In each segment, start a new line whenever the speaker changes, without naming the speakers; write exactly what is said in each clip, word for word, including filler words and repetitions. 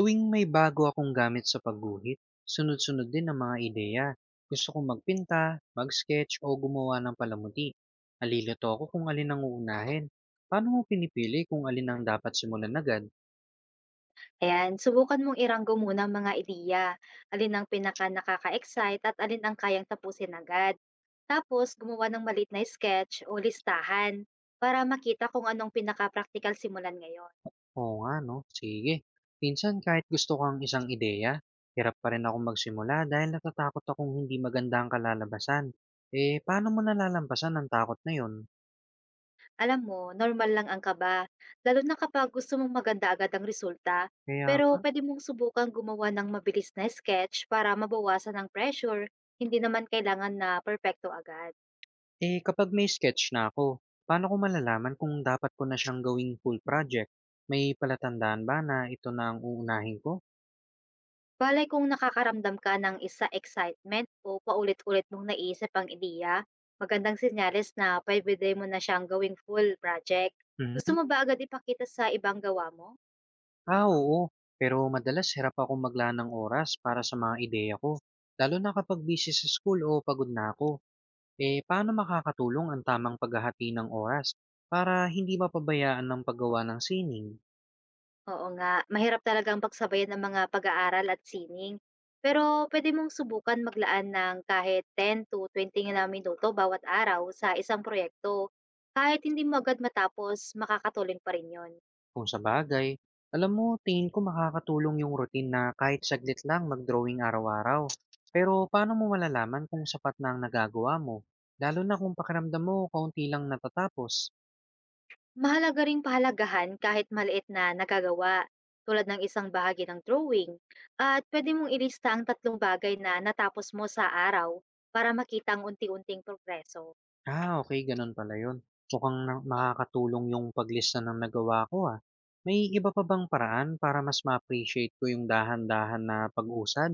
Tuwing may bago akong gamit sa pagguhit, sunod-sunod din ang mga ideya. Gusto kong magpinta, mag-sketch o gumawa ng palamuti. Nalilito ako kung alin ang uunahin. Paano mo pinipili kung alin ang dapat simulan agad?
Ayan, subukan mong iranggo muna ang mga ideya. Alin ang pinaka nakaka-excite at alin ang kayang tapusin agad. Tapos, gumawa ng maliit na sketch o listahan para makita kung anong pinaka-practical simulan ngayon.
Oo nga no, sige. Minsan kahit gusto kang isang ideya, hirap pa rin ako magsimula dahil natatakot akong hindi maganda ang kalalabasan. Eh, paano mo nalalampasan ang takot na yun?
Alam mo, normal lang ang kaba, lalo na kapag gusto mong maganda agad ang resulta.
Kaya
Pero
nga.
pwede mong subukan gumawa ng mabilis na sketch para mabawasan ang pressure. Hindi naman kailangan na perpekto agad.
Eh, kapag may sketch na ako, paano ko malalaman kung dapat ko na siyang gawing full project? May palatandaan ba na ito na ang uunahin ko?
Balay kung nakakaramdam ka ng isa excitement o paulit-ulit mong naisip ang ideya, magandang senyales na pwede mo na siyang gawing full project. Gusto
Mhm.
mo ba agad ipakita sa ibang gawa mo?
Ah, oo. Pero madalas hirap ako maglaan ng oras para sa mga ideya ko. Lalo na kapag busy sa school o pagod na ako. Eh, paano makakatulong ang tamang paghahati ng oras para hindi mapabayaan ng paggawa ng sining?
Oo nga, mahirap talagang pagsabayan ang mga pag-aaral at sining. Pero pwede mong subukan maglaan ng kahit ten to twenty na minuto bawat araw sa isang proyekto. Kahit hindi mo agad matapos, makakatulong pa rin yon.
Kung sa bagay, alam mo, tingin ko makakatulong yung routine na kahit saglit lang mag-drawing araw-araw. Pero paano mo malalaman kung sapat na ang nagagawa mo? Lalo na kung pakiramdam mo kaunti lang natatapos.
Mahalaga ring pahalagahan kahit maliit na nagagawa, tulad ng isang bahagi ng drawing, at pwede mong ilista ang tatlong bagay na natapos mo sa araw para makita ang unti-unting progreso.
Ah, okay, ganun pala yun. Mukhang na- makakatulong yung paglista ng nagawa ko ah. May iba pa bang paraan para mas ma-appreciate ko yung dahan-dahan na pag-usad?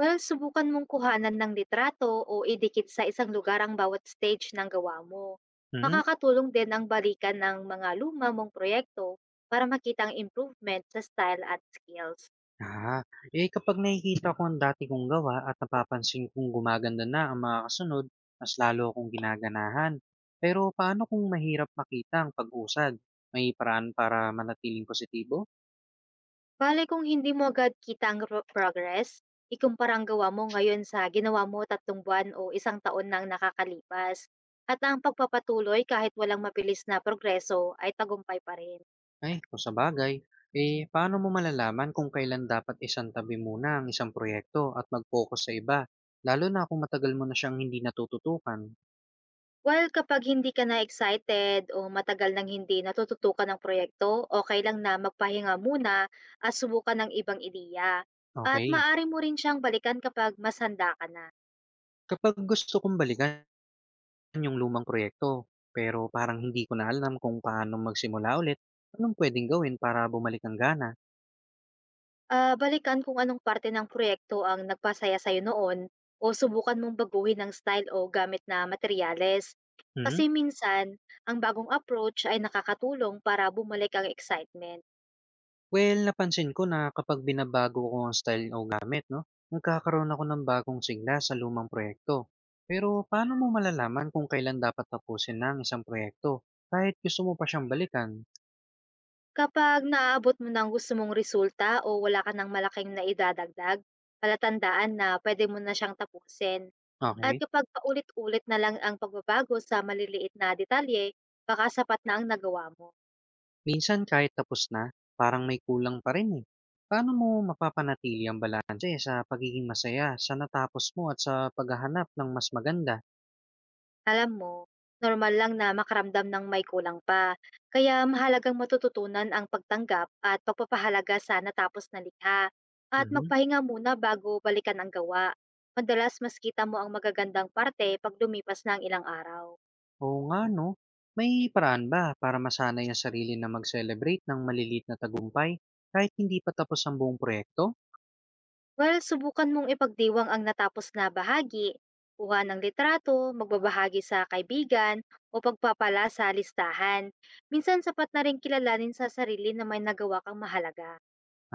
Well, subukan mong kuhanan ng litrato o idikit sa isang lugar ang bawat stage ng gawa mo.
Hmm?
Makakatulong din ang balikan ng mga luma mong proyekto para makita ang improvement sa style at skills.
Ah, eh kapag nakikita ko ang dati kong gawa at napapansin kong gumaganda na ang mga kasunod, mas lalo akong ginaganahan. Pero paano kung mahirap makita ang pag-usad? May paraan para manatiling positibo?
Bale kung hindi mo agad kita ang pro progress, ikumpara ang gawa mo ngayon sa ginawa mo tatlong buwan o isang taon nang nakakalipas. At ang pagpapatuloy kahit walang mabilis na progreso ay tagumpay pa rin.
Ay, kung sa bagay, eh paano mo malalaman kung kailan dapat isang tabi muna ang isang proyekto at mag-focus sa iba? Lalo na kung matagal mo na siyang hindi natututukan.
While kapag hindi ka na excited o matagal nang hindi natututukan ng proyekto, okey lang na magpahinga muna at subukan ng ibang ideya. At
Okay.
maaari mo rin siyang balikan kapag mas handa ka na.
Kapag gusto kong balikan 'yung lumang proyekto, pero parang hindi ko na alam kung paano magsimula ulit. Anong puwedeng gawin para bumalik ang gana?
Ah, balikan kung anong parte ng proyekto ang nagpasaya sa'yo noon o subukan mong baguhin ang style o gamit na materyales.
Hmm?
Kasi minsan, ang bagong approach ay nakakatulong para bumalik ang excitement.
Well, napansin ko na kapag binabago ko ang style o gamit 'no, nagkakaroon ako ng bagong sigla sa lumang proyekto. Pero paano mo malalaman kung kailan dapat tapusin na ang isang proyekto kahit gusto mo pa siyang balikan?
Kapag naaabot mo ng gusto mong resulta o wala ka ng malaking naidadagdag, palatandaan na pwede mo na siyang tapusin. At
Okay.
kapag paulit-ulit na lang ang pagbabago sa maliliit na detalye, baka sapat na ang nagawa mo.
Minsan kahit tapos na, parang may kulang pa rin eh. Paano mo mapapanatili ang balanse sa pagiging masaya sa natapos mo at sa paghahanap ng mas maganda?
Alam mo, normal lang na makaramdam ng may kulang pa. Kaya mahalagang matututunan ang pagtanggap at pagpapahalaga sa natapos na likha at
Mhm.
magpahinga muna bago balikan ang gawa. Madalas mas kita mo ang magagandang parte pag lumipas na ang ilang araw.
Oo nga no. May paraan ba para masanay ang sarili na mag-celebrate ng maliliit na tagumpay kahit hindi pa tapos ang buong proyekto?
Well, subukan mong ipagdiwang ang natapos na bahagi, kuha ng litrato, magbabahagi sa kaibigan, o pagpapala sa listahan. Minsan sapat na rin kilalanin sa sarili na may nagawa kang mahalaga.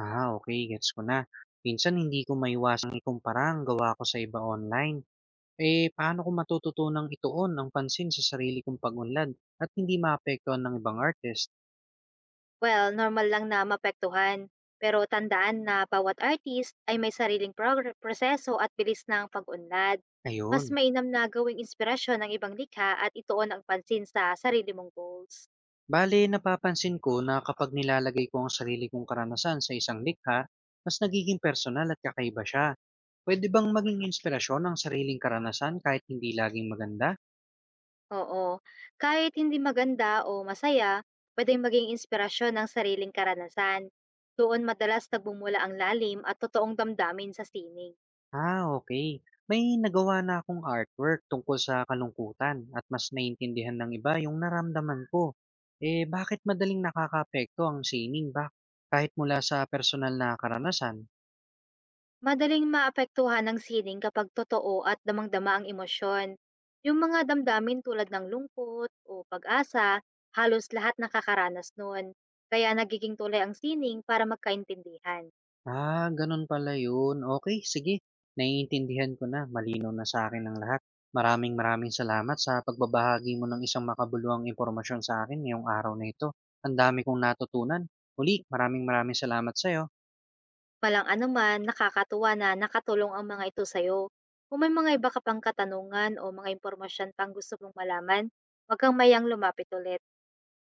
Ah, okay, gets ko na. Minsan hindi ko maiwasang ikumpara ang gawa ko sa iba online. Eh, paano ko matututunang ituon ang pansin sa sarili kong pagunlad at hindi maapektuhan ng ibang artist?
Well, normal lang na maapektuhan. Pero tandaan na bawat artist ay may sariling progr- proseso at bilis ng pag-unlad. Mas
Ayun.
mainam na gawing inspirasyon ng ibang likha at ituon ang pansin sa sarili mong goals.
Bale, napapansin ko na kapag nilalagay ko ang sarili kong karanasan sa isang likha, mas nagiging personal at kakaiba siya. Pwede bang maging inspirasyon ang sariling karanasan kahit hindi laging maganda?
Oo, kahit hindi maganda o masaya, pwedeng maging inspirasyon ng sariling karanasan. Doon madalas nagbumula ang lalim at totoong damdamin sa sining.
Ah, okay. May nagawa na akong artwork tungkol sa kalungkutan at mas naintindihan ng iba yung naramdaman ko. Eh, bakit madaling nakakapekto ang sining ba? Kahit mula sa personal na karanasan?
Madaling maapektuhan ng sining kapag totoo at damang-dama ang emosyon. Yung mga damdamin tulad ng lungkot o pag-asa, halos lahat nakakaranas noon. Kaya nagiging tulay ang sining para magkaintindihan.
Ah, ganun pala yun. Okay, sige, naiintindihan ko na, malinaw na sa akin ang lahat. Maraming maraming salamat sa pagbabahagi mo ng isang makabuluhang impormasyon sa akin ngayong araw na ito. Ang dami kong natutunan. Muli, maraming maraming salamat sa'yo.
Malang anuman, nakakatuwa na nakatulong ang mga ito sa'yo. Kung may mga iba ka pang katanungan o mga impormasyon pang gusto mong malaman, huwag kang mayang lumapit ulit.